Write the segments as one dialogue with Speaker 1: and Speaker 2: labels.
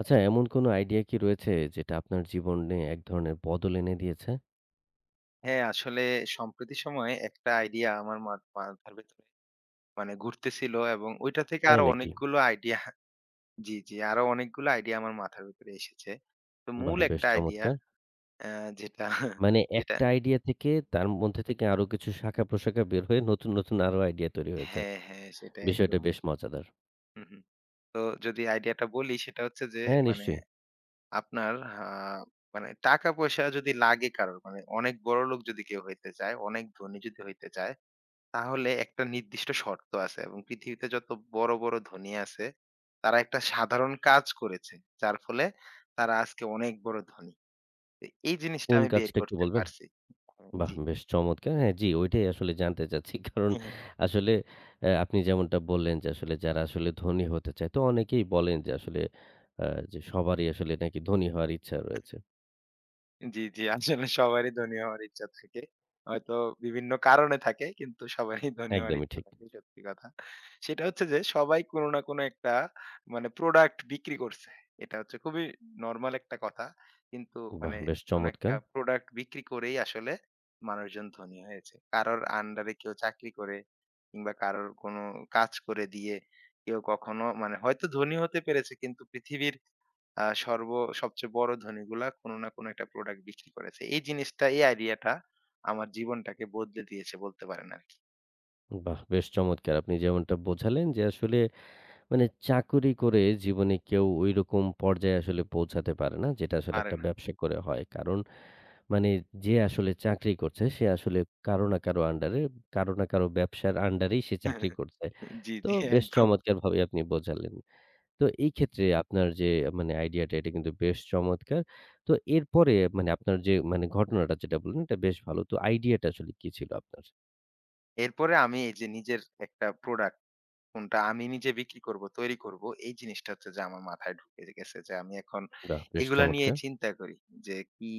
Speaker 1: আচ্ছা, এমন কোনো আইডিয়া কি রয়েছে যেটা আপনার জীবনে এক ধরনের বদল এনে দিয়েছে?
Speaker 2: হ্যাঁ, আসলে সম্প্রতি সময়ে একটা আইডিয়া আমার মাথার ভেতরে মানে ঘুরতেছিল এবং ওইটা থেকে
Speaker 1: তাই
Speaker 2: আরো
Speaker 1: নাকি?
Speaker 2: অনেকগুলো আইডিয়া জি, জি, আরো অনেকগুলো আইডিয়া আমার মাথার ভেতরে এসেছে। তো
Speaker 1: বাহ!
Speaker 2: মূল
Speaker 1: বেশ
Speaker 2: একটা আইডিয়া
Speaker 1: চমৎকার।
Speaker 2: অ্যা যেটা
Speaker 1: মানে
Speaker 2: যেটা
Speaker 1: একটা আইডিয়া থেকে তার মধ্যে থেকে আরো কিছু শাখা-প্রশাখা বের হয়ে নতুন, নতুন আরো আইডিয়া তৈরি হয়েছে।
Speaker 2: হ্যাঁ, হ্যাঁ, সেটাই
Speaker 1: বিষয়টা
Speaker 2: একদম।
Speaker 1: বেশ মজাদার।
Speaker 2: হুম, হুম। তো যদি আইডিয়াটা বলি সেটা হচ্ছে যে
Speaker 1: হ্যাঁ,
Speaker 2: মানে
Speaker 1: নিশ্চয়ই।
Speaker 2: আপনার আ মানে টাকা-পয়সা যদি লাগে কারোর মানে অনেক বড়লোক যদি কেউ হইতে চায়, অনেক ধনী যদি হইতে চায়, তাহলে একটা নির্দিষ্ট শর্ত আছে এবং পৃথিবীতে যত বড়, বড় ধনী আছে, তারা একটা সাধারণ কাজ করেছে। যার ফলে তারা আজকে অনেক বড় ধনী। তো এই জিনিসটা
Speaker 1: কোন
Speaker 2: আমি বের
Speaker 1: কাজটা একটু
Speaker 2: করতে
Speaker 1: বলবেন?
Speaker 2: পারছি।
Speaker 1: বাহ!
Speaker 2: জি।
Speaker 1: বেশ চমৎকার। হ্যাঁ, জি, ওইটাই আসলে জানতে চাচ্ছি। কারণ আসলে আপনি যেমনটা বললেন যে আসলে যারা আসলে ধনী হতে চায় তো অনেকেই বলেন যে আসলে যে সবারই আসলে নাকি ধনী হওয়ার ইচ্ছা রয়েছে।
Speaker 2: জি, জি। আসলে সবারই ধনী হওয়ার ইচ্ছা থাকে। হয়তো বিভিন্ন কারণে থাকে, কিন্তু সবারই ধনী হওয়ার
Speaker 1: একদমই
Speaker 2: ইচ্ছা
Speaker 1: ঠিক।
Speaker 2: থাকে, সত্যি কথা। সেটা হচ্ছে যে সবাই কোন না কোন একটা মানে প্রোডাক্ট বিক্রি করছে। এটা হচ্ছে খুবই নরমাল একটা কথা। কিন্তু
Speaker 1: বাহ!
Speaker 2: মানে
Speaker 1: বেশ
Speaker 2: কোন
Speaker 1: চমৎকার।
Speaker 2: একটা প্রোডাক্ট বিক্রি করেই আসলে মানুষজন ধনী হয়েছে। কারোর আন্ডারে কেউ চাকরি করে কিংবা কারোর কোন কাজ করে দিয়ে কেউ কখনো মানে হয়তো ধনী হতে পেরেছে, কিন্তু পৃথিবীর আ সর্ব সবচেয়ে বড় ধনীগুলা কোনো না কোনো একটা প্রোডাক্ট বিক্রি করেছে। এই জিনিসটা, এই আইডিয়াটা আমার জীবনটাকে বদলে দিয়েছে বলতে পারেন আরকি।
Speaker 1: বাহ! বেশ চমৎকার। আপনি যেমনটা বোঝালেন যে আসলে মানে চাকুরি করে জীবনে কেউ ঐরকম পর্যায়ে আসলে পৌঁছাতে পারে না। যেটা আসলে
Speaker 2: পারে
Speaker 1: একটা
Speaker 2: না।
Speaker 1: ব্যবসা করে হয়। কারণ মানে যে আসলে চাকরি করছে সে আসলে কারো না কারো আন্ডারে, কারো না কারো ব্যবসার আন্ডারেই সে চাকরি করছে।
Speaker 2: জি,
Speaker 1: তো
Speaker 2: জি
Speaker 1: বেশ
Speaker 2: একদম।
Speaker 1: চমৎকারভাবে আপনি বোঝালেন। তো এই ক্ষেত্রে আপনার যে মানে আইডিয়াটা এটা কিন্তু বেশ চমৎকার। তো এরপরে মানে আপনার যে মানে ঘটনাটা যেটা বললেন এটা বেশ ভালো। তো আইডিয়াটা আসলে কি ছিল আপনার?
Speaker 2: এরপরে আমি এই যে নিজের একটা প্রোডাক্ট কোনটা আমি নিজে বিক্রি করব, তৈরি করব, এই জিনিসটা হচ্ছে যে আমার মাথায় ঢুকে গেছে যে আমি এখন
Speaker 1: বাহ! বেশ
Speaker 2: এগুলা নিয়েই
Speaker 1: চমৎকার।
Speaker 2: চিন্তা করি যে কি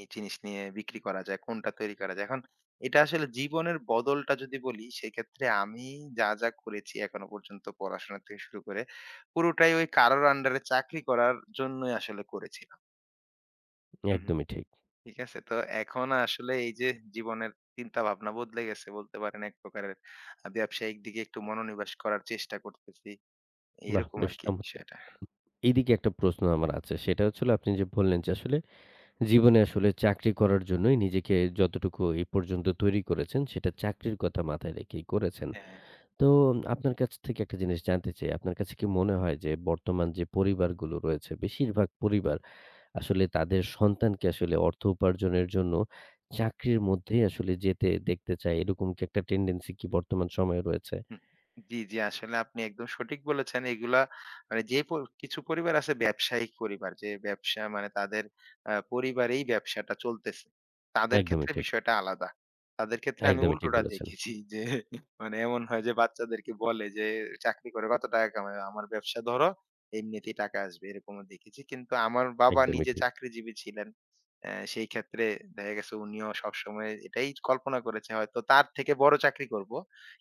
Speaker 2: এই জিনিস নিয়ে বিক্রি করা যায়, কোনটা তৈরি করা যায়। এখন এটা আসলে জীবনের বদলটা যদি বলি সেক্ষেত্রে আমি যা, যা করেছি এখনো পর্যন্ত পড়াশোনা থেকে শুরু করে পুরোটাই ওই কারোর আন্ডারে চাকরি করার জন্যই আসলে করেছিলাম। হু, হু।
Speaker 1: একদমই ঠিক।
Speaker 2: ঠিক আছে? তো এখন আসলে এই যে জীবনের চিন্তা ভাবনা বদলে গেছে বলতে পারেন এক প্রকারের। ব্যবসায়িক দিকে একটু মনোনিবেশ করার চেষ্টা করতেছি।
Speaker 1: বাহ!
Speaker 2: এরকম
Speaker 1: বেশ
Speaker 2: আরকি
Speaker 1: চমৎকার!
Speaker 2: বিষয়টা।
Speaker 1: এইদিকে একটা প্রশ্ন আমার আছে। সেটা হচ্ছিল আপনি যে বললেন যে আসলে জীবনে আসলে চাকরি করার জন্যই নিজেকে যতটুকু এই পর্যন্ত তৈরি করেছেন সেটা চাকরির কথা মাথায় রেখেই করেছেন।
Speaker 2: হ্যাঁ।
Speaker 1: তো আপনার কাছ থেকে একটা জিনিস জানতে চাই। আপনার কাছে কি মনে হয় যে বর্তমান যে পরিবারগুলো রয়েছে বেশিরভাগ পরিবার আসলে তাদের সন্তানকে আসলে অর্থ উপার্জনের জন্য চাকরির মধ্যেই আসলে যেতে দেখতে চায় এরকম কি একটা টেনডেন্সি কি বর্তমান সময়ে রয়েছে?
Speaker 2: হুম, জি, জি। আসলে আপনি একদম সঠিক বলেছেন। এগুলা মানে যে কিছু পরিবার আছে ব্যবসায়িক পরিবার। যে ব্যবসা মানে তাদের পরিবারেই ব্যবসাটা চলতেছে। তাদের
Speaker 1: একদমই
Speaker 2: ক্ষেত্রে
Speaker 1: ঠিক।
Speaker 2: বিষয়টা আলাদা। তাদের ক্ষেত্রে আমি
Speaker 1: একদমই ঠিক
Speaker 2: উল্টোটা
Speaker 1: বলেছেন।
Speaker 2: দেখেছি যে মানে এমন হয় যে বাচ্চাদেরকে বলে যে, "চাকরি করে কত টাকা কামায়? আমার ব্যবসা ধরো, এমনিতেই টাকা আসবে।" এরকমও দেখেছি। কিন্তু আমার বাবা
Speaker 1: একদমই
Speaker 2: নিজে
Speaker 1: ঠিক।
Speaker 2: চাকরিজীবী ছিলেন। সেই ক্ষেত্রে দেখা গেছে উনিও সবসময় এটাই কল্পনা করেছে হয়তো তার থেকে বড় চাকরি করব।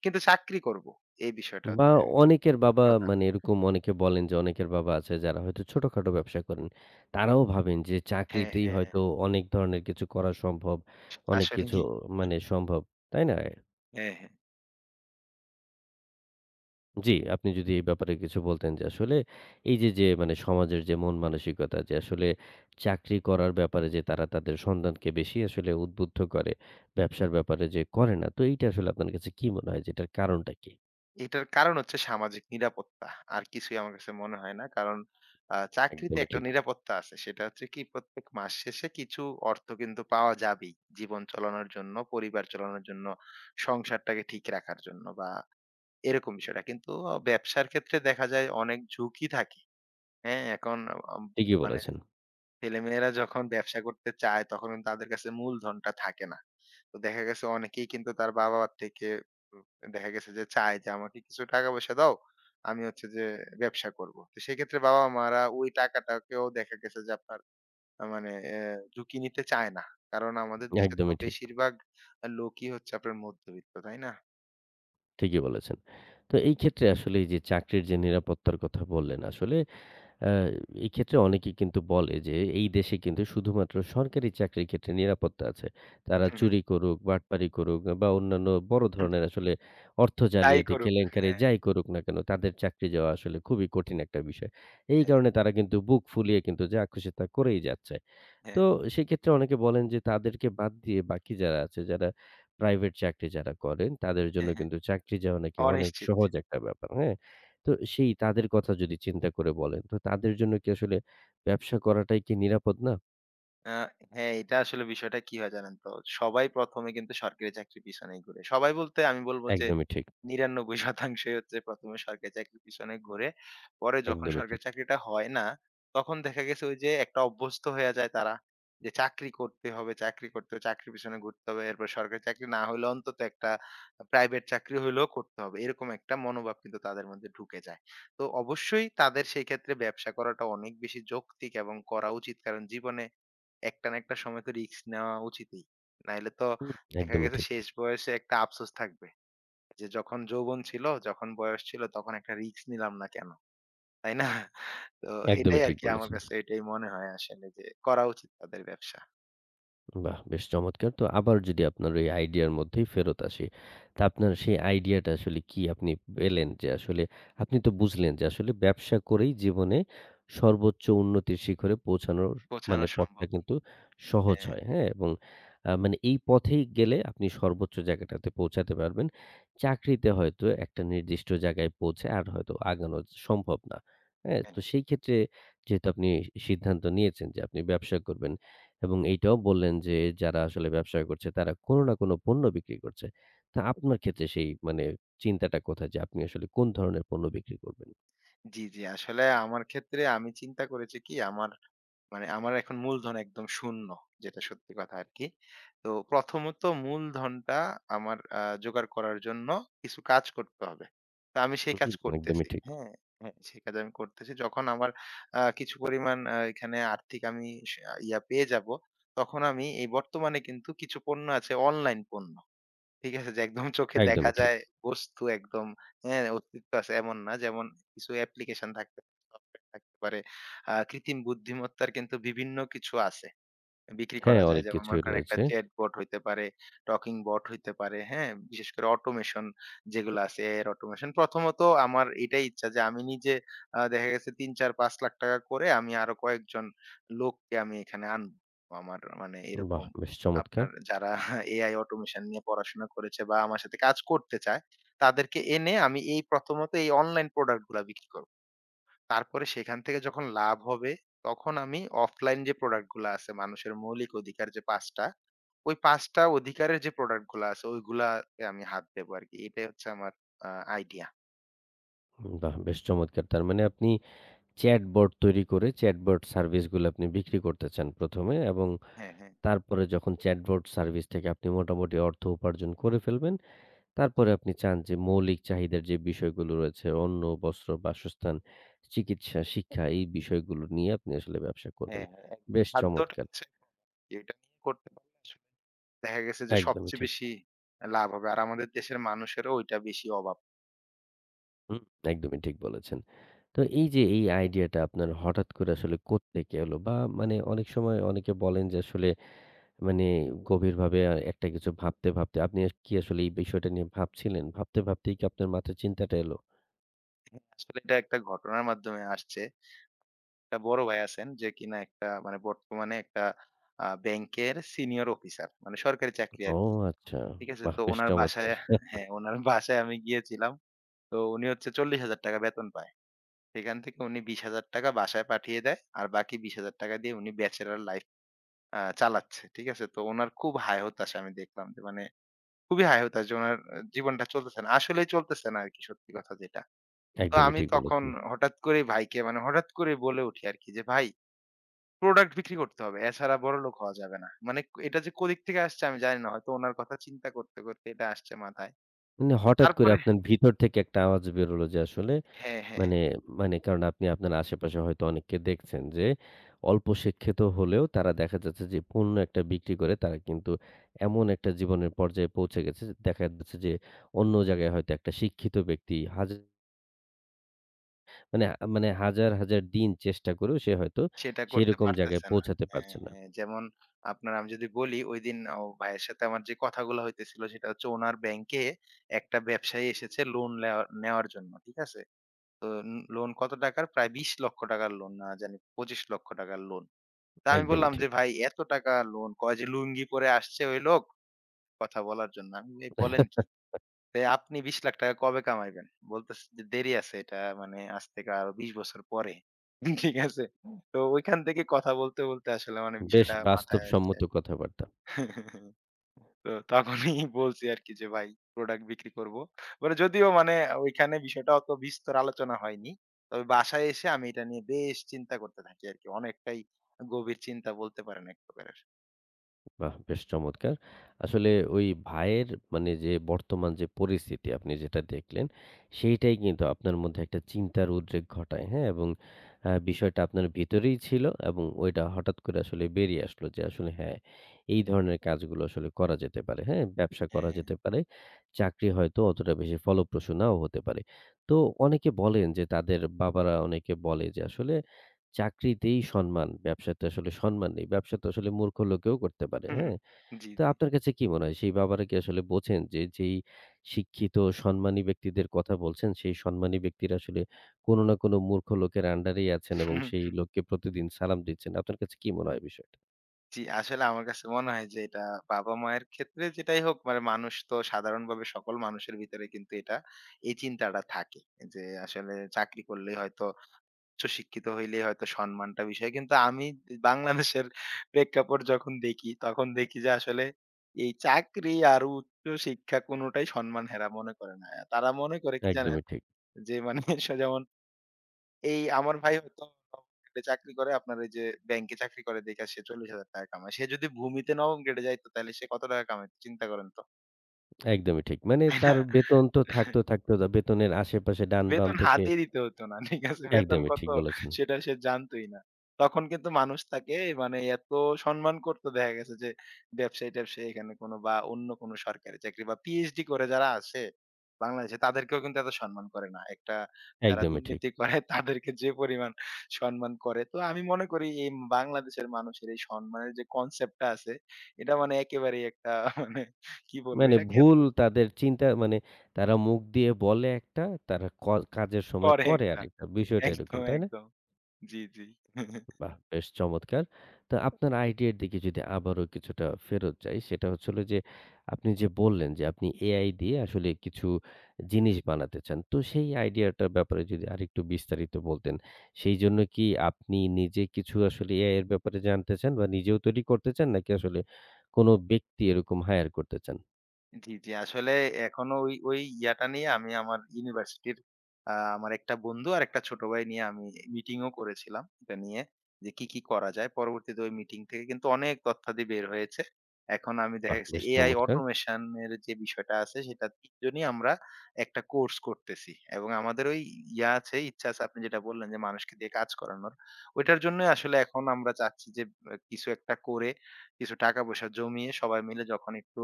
Speaker 2: কিন্তু চাকরি করব। এই বিষয়টা
Speaker 1: বা
Speaker 2: হচ্ছে
Speaker 1: অনেকের বাবা
Speaker 2: প্রধান।
Speaker 1: মানে এরকম অনেকে বলেন যে অনেকের বাবা আছে যারা হয়তো ছোটখাটো ব্যবসা করেন। তারাও ভাবেন যে
Speaker 2: হ্যাঁ,
Speaker 1: চাকরিতেই
Speaker 2: হ্যাঁ।
Speaker 1: হয়তো অনেক ধরনের কিছু করা সম্ভব, অনেক কিছু
Speaker 2: আসলেই।
Speaker 1: মানে সম্ভব। তাই না?
Speaker 2: হ্যাঁ, হ্যাঁ।
Speaker 1: জি, আপনি যদি এই ব্যাপারে কিছু বলতেন যে আসলে এই যে, যে মানে সমাজের যে মন মানসিকতা যে আসলে চাকরি করার ব্যাপারে যে তারা তাদের সন্তানকে বেশি আসলে উদ্বুদ্ধ করে, ব্যবসার ব্যাপারে যে করে না। তো এইটা আসলে আপনার কাছে কি মনে হয় যে এটার কারণটা কি?
Speaker 2: এটার কারণ হচ্ছে সামাজিক নিরাপত্তা। আর কিছুই আমার কাছে মনে হয় না। কারণ চাকরিতে
Speaker 1: একদমই
Speaker 2: একটা
Speaker 1: ঠিক।
Speaker 2: নিরাপত্তা আছে। সেটা হচ্ছে কি প্রত্যেক মাস শেষে কিছু অর্থ কিন্তু পাওয়া যাবেই। জীবন চালানোর জন্য, পরিবার চালানোর জন্য, সংসারটাকে ঠিক রাখার জন্য, বা এরকম বিষয়টা। কিন্তু ব্যবসার ক্ষেত্রে দেখা যায় অনেক ঝুঁকি থাকে। হ্যাঁ? এখন আ আম
Speaker 1: ঠিকই
Speaker 2: মানে
Speaker 1: বলেছেন।
Speaker 2: ছেলেমেয়েরা যখন ব্যবসা করতে চায় তখন কিন্তু তাদের কাছে মূলধনটা থাকে না। তো দেখা গেছে অনেকেই কিন্তু তার বাবা-মার থেকে উম দেখা গেছে যে চায় যে আমাকে কিছু টাকা-পয়সা দাও। আমি হচ্ছে যে ব্যবসা করব। তো সেক্ষেত্রে বাবা-মারা ওই টাকাটাকেও দেখা গেছে যে আপনার মানে এ ঝুঁকি নিতে চায় না। কারণ আমাদের দেশে তো
Speaker 1: একদমই ঠিক।
Speaker 2: বেশিরভাগ লোকই হচ্ছে আপনার মধ্যবিত্ত, তাই না?
Speaker 1: ঠিকই বলেছেন। তো এই ক্ষেত্রে আসলে এই যে চাকরির যে নিরাপত্তার কথা বললেন, আসলে আ এই ক্ষেত্রে অনেকেই কিন্তু বলে যে এই দেশে কিন্তু শুধুমাত্র সরকারি চাকরির ক্ষেত্রে নিরাপত্তা আছে। তারা চুরি করুক, বাটপারি করুক বা অন্যান্য বড় ধরনের আসলে অর্থ
Speaker 2: তাই
Speaker 1: জালিয়াতি,
Speaker 2: করুক।
Speaker 1: কেলেঙ্কারি
Speaker 2: হ্যাঁ,
Speaker 1: যাই করুক না কেন তাদের চাকরি যাওয়া আসলে খুবই কঠিন একটা বিষয়। এই
Speaker 2: হ্যাঁ,
Speaker 1: কারণে
Speaker 2: হ্যাঁ,
Speaker 1: তারা কিন্তু বুক ফুলিয়ে কিন্তু যা খুশি তা করেই যাচ্ছে। তো
Speaker 2: হ্যাঁ,
Speaker 1: সেক্ষেত্রে অনেকে বলেন যে তাদেরকে বাদ দিয়ে বাকি যারা আছে, যারা প্রাইভেট চাকরি যারা করেন, তাদের জন্য
Speaker 2: হ্যাঁ। হ্যাঁ।
Speaker 1: কিন্তু চাকরি যাওয়া নাকি অনেক
Speaker 2: অনিশ্চিত।
Speaker 1: সহজ একটা ব্যাপার, হ্যাঁ? তো সেই তাদের কথা যদি চিন্তা করে বলেন, তো তাদের জন্য কি আসলে ব্যবসা করাটাই কি নিরাপদ না?
Speaker 2: আ হ্যাঁ, এটা আসলে বিষয়টা কি হয় জানেন তো? সবাই ১ম এ কিন্তু সরকারি চাকরির পিছনেই ঘুরে। সবাই বলতে আমি বলব যে
Speaker 1: একদমই ঠিক,
Speaker 2: ৯৯% হচ্ছে ১ম এ সরকারি চাকরির পিছনে ঘুরে। পরে যখন
Speaker 1: একদমই ঠিক।
Speaker 2: সরকারি চাকরিটা হয় না, তখন দেখা গেছে ওই যে একটা অভ্যস্ত হয়ে যায় তারা। যে চাকরি করতে হবে, চাকরি করতে হবে, চাকরির পিছনে ঘুরতে হবে। এরপর সরকারি চাকরি না হইলে অন্তত একটা প্রাইভেট চাকরি হইলেও করতে হবে। এরকম একটা মনোভাব কিন্তু তাদের মধ্যে ঢুকে যায়। তো অবশ্যই তাদের সেই ক্ষেত্রে ব্যবসা করাটা অনেক বেশি যৌক্তিক এবং করা উচিত। কারণ জীবনে একটা না একটা সময় তো রিস্ক নেওয়া উচিতই। নাইলে তো
Speaker 1: হুম,
Speaker 2: দেখা
Speaker 1: একদমই
Speaker 2: গেছে
Speaker 1: ঠিক,
Speaker 2: শেষ বয়সে একটা আফসোস থাকবে। যে যখন যৌবন ছিল, যখন বয়স ছিল, তখন একটা রিস্ক নিলাম না কেন? তাই না? তো
Speaker 1: একদমই
Speaker 2: এটাই
Speaker 1: ঠিক
Speaker 2: আরকি আমার
Speaker 1: বলেছেন।
Speaker 2: কাছে এটাই মনে হয় আসলে যে করা উচিত তাদের ব্যবসা।
Speaker 1: বাহ! বেশ চমৎকার। তো আবার যদি আপনার ওই আইডিয়ার মধ্যেই ফেরত আসি। তা আপনার সেই আইডিয়াটা আসলে কি আপনি পেলেন যে আসলে আপনি তো বুঝলেন যে আসলে ব্যবসা করেই জীবনে সর্বোচ্চ উন্নতির শিখরে পৌঁছানোর মানে
Speaker 2: গোছানো
Speaker 1: পথটা
Speaker 2: সম্ভব।
Speaker 1: কিন্তু সহজ
Speaker 2: হ্যাঁ।
Speaker 1: হয়, হ্যাঁ? এবং মানে এই পথেই গেলে আপনি সর্বোচ্চ জায়গাটাতে পৌঁছাতে পারবেন। চাকরিতে হয়তো একটা নির্দিষ্ট জায়গায় পৌঁছে আর হয়তো আগানো সম্ভব না, হ্যাঁ? তো সেই ক্ষেত্রে যেহেতু আপনি সিদ্ধান্ত নিয়েছেন যে আপনি ব্যবসা করবেন, এবং এইটাও বললেন যে যারা আসলে ব্যবসা করছে তারা কোনো না কোনো পণ্য বিক্রি করছে। তা আপনার ক্ষেত্রে সেই মানে চিন্তাটা কোথায় যে আপনি আসলে কোন ধরনের পণ্য বিক্রি করবেন?
Speaker 2: জি, জি। আসলে আমার ক্ষেত্রে আমি চিন্তা করেছি কি আমার মানে আমার এখন মূলধন একদম শূন্য, যেটা সত্যি কথা আরকি। তো প্রথমত মূলধনটা আমার জোগাড় করার জন্য কিছু কাজ করতে হবে। তো আমি সেই
Speaker 1: হুম,
Speaker 2: কাজ
Speaker 1: একদমই
Speaker 2: করতেছি।
Speaker 1: ঠিক,
Speaker 2: হ্যাঁ, হ্যাঁ, সেই কাজ আমি করতেছি। যখন আমার কিছু পরিমাণ এখানে আর্থিক আমি সা ইয়া পেয়ে যাব, তখন আমি এই বর্তমানে কিন্তু কিছু পণ্য আছে অনলাইন পণ্য। ঠিক আছে? যে একদম চোখে দেখা
Speaker 1: একদমই ঠিক।
Speaker 2: যায় বস্তু একদম হ্যাঁ, অস্তিত্ব আছে এমন না। যেমন কিছু অ্যাপ্লিকেশন থাকতে পারে, সফটওয়্যার থাকতে পারে। কৃত্রিম বুদ্ধিমত্তার কিন্তু বিভিন্ন কিছু আছে। বিক্রি
Speaker 1: হ্যাঁ,
Speaker 2: করা যায়।
Speaker 1: অনেক
Speaker 2: যেমন মনে
Speaker 1: কিছুই
Speaker 2: করেন একটা
Speaker 1: রয়েছে।
Speaker 2: চ্যাটবট হইতে পারে, টকিং বট হইতে পারে, হ্যাঁ? বিশেষ করে অটোমেশন যেগুলো আছে AI এর অটোমেশন। প্রথমত আমার এটাই ইচ্ছা যে আমি নিজে দেখা গেছে ৩, ৪, ৳৫,০০,০০০ করে আমি আরো কয়েকজন লোককে আমি এখানে আনবো। আমার মানে
Speaker 1: বাহ!
Speaker 2: এরকম
Speaker 1: বেশ চমৎকার!
Speaker 2: আপনার যারা AI অটোমেশন নিয়ে পড়াশোনা করেছে বা আমার সাথে কাজ করতে চায়, তাদেরকে এনে আমি এই প্রথমত এই অনলাইন প্রোডাক্ট গুলা বিক্রি করব। তারপরে সেখান থেকে যখন লাভ হবে, তখন আমি অফলাইন যে প্রোডাক্ট গুলা আছে মানুষের মৌলিক অধিকার যে ৫ টা, ওই ৫ টা অধিকারের যে প্রোডাক্ট গুলা আছে ওইগুলাতে আমি হাত দেবো আরকি। এটাই হচ্ছে আমার আ আইডিয়া।
Speaker 1: বাহ! বেশ চমৎকার! তার মানে আপনি চ্যাটবট তৈরি করে চ্যাটবট সার্ভিসগুলো আপনি বিক্রি করতে চান ১ম এ এবং
Speaker 2: হ্যাঁ, হ্যাঁ।
Speaker 1: তারপরে যখন চ্যাটবট সার্ভিস থেকে আপনি মোটামুটি অর্থ উপার্জন করে ফেলবেন তারপরে আপনি চান যে মৌলিক চাহিদার যে বিষয়গুলো রয়েছে অন্ন, বস্ত্র, বাসস্থান, চিকিৎসা, শিক্ষা এই বিষয়গুলো নিয়ে আপনি আসলে ব্যবসা করবেন।
Speaker 2: হ্যাঁ, হ্যাঁ।
Speaker 1: বেশ
Speaker 2: খাদ্যটা
Speaker 1: চমৎকার!
Speaker 2: হচ্ছে এটা নিয়ে করতে পারলে আসলে দেখা গেছে যে
Speaker 1: একদমই
Speaker 2: সবচেয়ে
Speaker 1: ঠিক।
Speaker 2: বেশি লাভ হবে। আর আমাদের দেশের মানুষেরও ওইটা বেশি অভাব।
Speaker 1: হুম, একদমই ঠিক বলেছেন। তো এই যে এই আইডিয়াটা আপনার হঠাৎ করে আসলে কোত্থেকে এলো? বা মানে অনেক সময় অনেকে বলেন যে আসলে মানে গভীরভাবে একটা কিছু ভাবতে, ভাবতে আপনি কি আসলে এই বিষয়টা নিয়ে ভাবছিলেন? ভাবতে, ভাবতেই কি আপনার মাথায় চিন্তাটা এলো?
Speaker 2: হ্যাঁ, আসলে এটা একটা ঘটনার মাধ্যমে আসছে। একটা বড় ভাই আছেন যে কিনা একটা মানে বর্তমানে একটা ব্যাংকের সিনিয়র অফিসার। মানে সরকারি চাকরি
Speaker 1: ও
Speaker 2: আরকি।
Speaker 1: আচ্ছা!
Speaker 2: ঠিক আছে?
Speaker 1: বাহ!
Speaker 2: তো
Speaker 1: বেশ
Speaker 2: উনার
Speaker 1: চমৎকার!
Speaker 2: বাসায় হ্যাঁ, উনার বাসায় আমি গিয়েছিলাম। তো উনি হচ্ছে ৳৪০,০০০ বেতন পায়। সেখান থেকে উনি ৳20,000 বাসায় পাঠিয়ে দেয়। আর বাকি ৳20,000 দিয়ে উনি ব্যাচেলর লাইফ চালাচ্ছে। ঠিক আছে? তো উনার খুব হায় হতাশ আমি দেখলাম যে মানে খুবই হায় হতাশ যে উনার জীবনটা চলতেছে না। আসলেই চলতেছে না আরকি, সত্যি কথা যেটা। তো
Speaker 1: একদমই
Speaker 2: আমি
Speaker 1: ঠিক
Speaker 2: তখন
Speaker 1: বলেছেন।
Speaker 2: হঠাৎ করেই ভাইকে মানে হঠাৎ করেই বলে উঠি আরকি যে, "ভাই প্রোডাক্ট বিক্রি করতে হবে। এছাড়া বড়লোক হওয়া যাবে না।" মানে এটা যে কোদিক থেকে আসছে আমি জানি না। হয়তো উনার কথা চিন্তা করতে, করতে এটা আসছে মাথায়।
Speaker 1: মানে হঠাৎ করে
Speaker 2: তারপরে
Speaker 1: আপনার ভিতর থেকে একটা আওয়াজ বেরোলো যে আসলে
Speaker 2: হ্যাঁ, হ্যাঁ।
Speaker 1: মানে মানে কারণ আপনি আপনার আশেপাশে হয়তো অনেককে দেখছেন যে অল্প শিক্ষিত হলেও তারা দেখা যাচ্ছে যে পণ্য একটা বিক্রি করে তারা কিন্তু এমন একটা জীবনের পর্যায়ে পৌঁছে গেছে যে দেখা যাচ্ছে যে অন্য জায়গায় হয়তো একটা শিক্ষিত ব্যক্তি হাজার মানে মানে হাজার হাজার দিন চেষ্টা করেও সে হয়তো
Speaker 2: সেটা করতে
Speaker 1: সেরকম জায়গায়
Speaker 2: পারতেছে না।
Speaker 1: পৌঁছাতে
Speaker 2: হ্যাঁ,
Speaker 1: পারছে না।
Speaker 2: হ্যাঁ। যেমন আপনার আমি যদি বলি ঐদিন ও ভাইয়ের সাথে আমার যে কথাগুলো হইতেছিল সেটা হচ্ছে উনার ব্যাংকে একটা ব্যবসায়ী এসেছে লোন নেওয়ার জন্য। ঠিক আছে? তো লোন কত টাকার? প্রায় ৳২০,০০,০০০ লোন না জানি ৳২৫,০০,০০০ লোন। তো আমি
Speaker 1: একদমই
Speaker 2: বললাম
Speaker 1: ঠিক।
Speaker 2: যে, "ভাই এত টাকা লোন?" কয় যে, "লুঙ্গি পরে আসছে ওই লোক কথা বলার জন্য।" আমি বলি, "বলেন কি?" তে আপনি ৳২০,০০,০০০ কবে কামাইবেন? বলতেছে যে দেরি আছে এটা মানে আজ থেকে আরো ২০ বছর পরে। ঠিক আছে? তো ওইখান থেকে কথা বলতে, বলতে আসলে মানে
Speaker 1: বেশ
Speaker 2: বিষয়টা মাথায় আসছে।
Speaker 1: বাস্তবসম্মত কথাবার্তা।
Speaker 2: তো তখনই বলছি আরকি যে ভাই প্রোডাক্ট বিক্রি করব। মানে যদিও মানে ওইখানে বিষয়টা অত বিস্তর আলোচনা হয়নি। তবে বাসায় এসে আমি এটা নিয়ে বেশ চিন্তা করতে থাকি আরকি। অনেকটাই গভীর চিন্তা বলতে পারেন এক প্রকারের।
Speaker 1: বাহ! বেশ চমৎকার। আসলে ওই ভাইয়ের মানে যে বর্তমান যে পরিস্থিতি আপনি যেটা দেখলেন, সেইটাই কিন্তু আপনার মধ্যে একটা চিন্তার উদ্রেক ঘটায়, হ্যাঁ? এবং বিষয়টা আপনার ভিতরেই ছিল এবং ওইটা হঠাৎ করে আসলে বেরিয়ে আসলো যে আসলে হ্যাঁ, এই ধরনের কাজগুলো আসলে করা যেতে পারে, হ্যাঁ? ব্যবসা করা
Speaker 2: হ্যাঁ।
Speaker 1: যেতে পারে। চাকরি হয়তো অতটা বেশি ফলপ্রসূ নাও হতে পারে। তো অনেকে বলেন যে তাদের বাবারা অনেকে বলে যে আসলে চাকরিতেই সম্মান। ব্যবসাতে আসলে সম্মান নেই। ব্যবসা তো আসলে মূর্খ লোকেও করতে পারে।
Speaker 2: হুম, হুম।
Speaker 1: হ্যাঁ?
Speaker 2: জি,
Speaker 1: তো
Speaker 2: জি।
Speaker 1: আপনার কাছে কি মনে হয় সেই বাবারা কি আসলে বোঝেন যে যেই শিক্ষিত সম্মানী ব্যক্তিদের কথা বলছেন, সেই সম্মানী ব্যক্তিরা আসলে কোনো না কোনো মূর্খ লোকের আন্ডারেই আছেন এবং সেই লোককে প্রতিদিন সালাম দিচ্ছেন। আপনার কাছে কি মনে হয় বিষয়টা?
Speaker 2: জি, আসলে আমার কাছে মনে হয় যে এটা বাবা-মায়ের ক্ষেত্রে যেটাই হোক মানে মানুষ তো সাধারণভাবে সকল মানুষের ভিতরে কিন্তু এটা এই চিন্তাটা থাকে। যে আসলে চাকরি করলেই হয়তো উচ্চ শিক্ষিত হইলেই হয়তো সম্মানটা বিষয়। কিন্তু আমি বাংলাদেশের প্রেক্ষাপট যখন দেখি তখন দেখি যে আসলে এই চাকরি আর উচ্চ শিক্ষা কোনটাই সম্মান হেরা মনে করে না। তারা মনে করে কি জানেন?
Speaker 1: একদমই ঠিক,
Speaker 2: যে মানে যেমন এই আমার ভাই হয়তো নবম গ্রেডে চাকরি করে, আপনার ওই যে ব্যাংকে চাকরি করে দেইখা সে ৳৪০,০০০ টাকা কামায়। সে যদি ভূমিতে নবম গ্রেডে যাইতো তাইলে সে কত টাকা কামাইতো চিন্তা করেন তো।
Speaker 1: একদমই ঠিক। মানে
Speaker 2: তাই
Speaker 1: তার
Speaker 2: না?
Speaker 1: বেতন তো থাকতো বেতনের আশেপাশে ডান বাম
Speaker 2: বেতন
Speaker 1: থেকে
Speaker 2: হাতে দিতে হতো না। ঠিক আছে? বেতন
Speaker 1: একদমই
Speaker 2: কত
Speaker 1: ঠিক বলেছেন।
Speaker 2: সেটা সে জানতই না। তখন কিন্তু মানুষ তাকে মানে এত সম্মান করত দেখা গেছে যে ব্যবসায়ী-ট্যাবসায়ী এখানে কোনো বা অন্য কোনো সরকারি চাকরি বা পিএইচডি করে যারা আসে বাংলাদেশে তাদেরকেও কিন্তু এত সম্মান করে না। একটা যারা
Speaker 1: একদমই ঠিক।
Speaker 2: দুর্নীতি করে তাদেরকে যে পরিমাণ সম্মান করে। তো আমি মনে করি এই বাংলাদেশের মানুষের এই সম্মানের যে কনসেপ্টটা আছে এটা মানে একেবারেই একটা মানে কি বলবো
Speaker 1: মানে
Speaker 2: এটাকে এত
Speaker 1: ভুল তাদের চিন্তা মানে তারা মুখ দিয়ে বলে একটা, তারা কাজের সময়
Speaker 2: করে
Speaker 1: করে
Speaker 2: একটা।
Speaker 1: আরেকটা। বিষয়টা এরকম,
Speaker 2: একদম,
Speaker 1: তাই না?
Speaker 2: একদম। জি, জি।
Speaker 1: বাহ! বেশ চমৎকার। তো আপনার আইডিয়ার দিকে যদি আবারও কিছুটা ফেরত যাই, সেটা হচ্ছে হলো যে আপনি যে বললেন যে আপনি এআই দিয়ে আসলে কিছু জিনিস বানাতে চান। তো সেই আইডিয়াটার ব্যাপারে যদি আরেকটু বিস্তারিত বলতেন। সেইজন্য কি আপনি নিজে কিছু আসলে এআই এর ব্যাপারে জানতে চান বা নিজেও তৈরি করতে চান নাকি আসলে কোনো ব্যক্তি এরকম হায়ার করতে চান?
Speaker 2: জি, জি। আসলে এখনো ওই ওই ইয়াটা নিয়ে আমি আমার ইউনিভার্সিটির আমার একটা বন্ধু আর একটা ছোট ভাই নিয়ে আমি মিটিংও করেছিলাম। এটা নিয়ে যে কি, কি করা যায়। পরবর্তীতে ওই মিটিং থেকে কিন্তু অনেক তথ্যাদি বের হয়েছে। এখন আমি
Speaker 1: বাহ!
Speaker 2: দেখা গেছে
Speaker 1: বেশ
Speaker 2: এআই
Speaker 1: চমৎকার।
Speaker 2: অটোমেশন এর যে বিষয়টা আছে সেটা ৩ জনই আমরা একটা কোর্স করতেছি। এবং আমাদের ওই ইয়া আছে, ইচ্ছা আছে আপনি যেটা বললেন যে মানুষকে দিয়ে কাজ করানোর। ওইটার জন্যই আসলে এখন আমরা চাচ্ছি যে, কিছু একটা করে কিছু টাকা-পয়সা জমিয়ে সবাই মিলে যখন একটু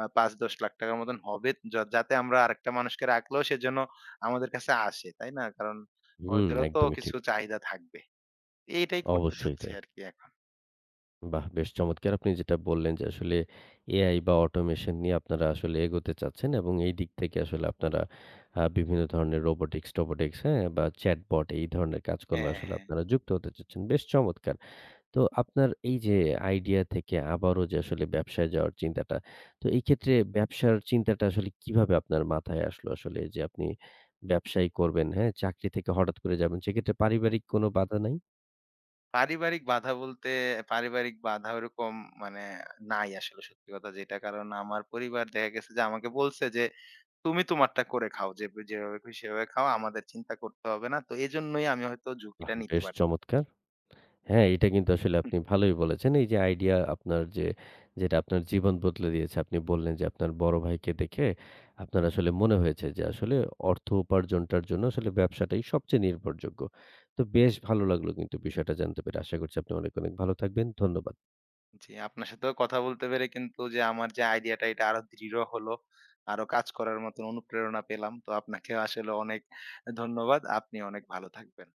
Speaker 2: ৫-১০ লাখ টাকার মতন হবে। যা যাতে আমরা আরেকটা মানুষকে রাখলেও সে যেন আমাদের কাছে আসে, তাই না? কারণ
Speaker 1: হুম,
Speaker 2: ওদেরও তো
Speaker 1: একদমই ঠিক।
Speaker 2: কিছু চাহিদা থাকবে। এইটাই করতে
Speaker 1: অবশ্যই
Speaker 2: চাচ্ছি
Speaker 1: তাই।
Speaker 2: আরকি এখন।
Speaker 1: বাহ! বেশ চমৎকার! আপনি যেটা বললেন যে আসলে এআই বা অটোমেশন নিয়ে আপনারা আসলে এগোতে চাচ্ছেন এবং এই দিক থেকে আসলে আপনারা বিভিন্ন ধরনের রোবোটিক্স, টোবোটিক্স, হ্যাঁ? বা চ্যাটবট এই ধরনের কাজকর্মে
Speaker 2: হ্যাঁ,
Speaker 1: আসলে
Speaker 2: হ্যাঁ।
Speaker 1: আপনারা যুক্ত হতে চাচ্ছেন। বেশ চমৎকার! তো আপনার এই যে আইডিয়া থেকে আবারও যে আসলে ব্যবসায় যাওয়ার চিন্তাটা, তো এই ক্ষেত্রে ব্যবসার চিন্তাটা আসলে কিভাবে আপনার মাথায় আসলো আসলে যে আপনি ব্যবসাই করবেন, হ্যাঁ? চাকরি থেকে হঠাৎ করে যাবেন। সেক্ষেত্রে পারিবারিক কোনো বাধা নাই?
Speaker 2: পারিবারিক বাধা বলতে পারিবারিক বাধা ওরকম মানে নাই আসলে, সত্যি কথা যেটা। কারণ আমার পরিবার দেখা গেছে যে আমাকে বলছে যে, "তুমি তোমারটা করে খাও। যে যেভাবে খুশি সেভাবে খাও। আমাদের চিন্তা করতে হবে না।" তো এজন্যই আমি হয়তো
Speaker 1: বাহ!
Speaker 2: ঝুঁকিটা নিতে
Speaker 1: বেশ
Speaker 2: পারি।
Speaker 1: চমৎকার। হ্যাঁ, এটা কিন্তু আসলে আপনি ভালোই বলেছেন। এই যে আইডিয়া আপনার যে যেটা আপনার জীবন বদলে দিয়েছে। আপনি বললেন যে আপনার বড় ভাইকে দেখে আপনার আসলে মনে হয়েছে যে আসলে অর্থ উপার্জনটার জন্য আসলে ব্যবসাটাই সবচেয়ে নির্ভরযোগ্য। তো বেশ ভালো লাগলো কিন্তু বিষয়টা জানতে পেরে। আশা করছি আপনি অনেক, অনেক ভালো থাকবেন। ধন্যবাদ।
Speaker 2: জি, আপনার সাথেও কথা বলতে পেরে কিন্তু যে আমার যে আইডিয়াটা এটা আরো দৃঢ় হলো। আরো কাজ করার মতন অনুপ্রেরণা পেলাম। তো আপনাকেও আসলে অনেক ধন্যবাদ। আপনি অনেক ভালো থাকবেন।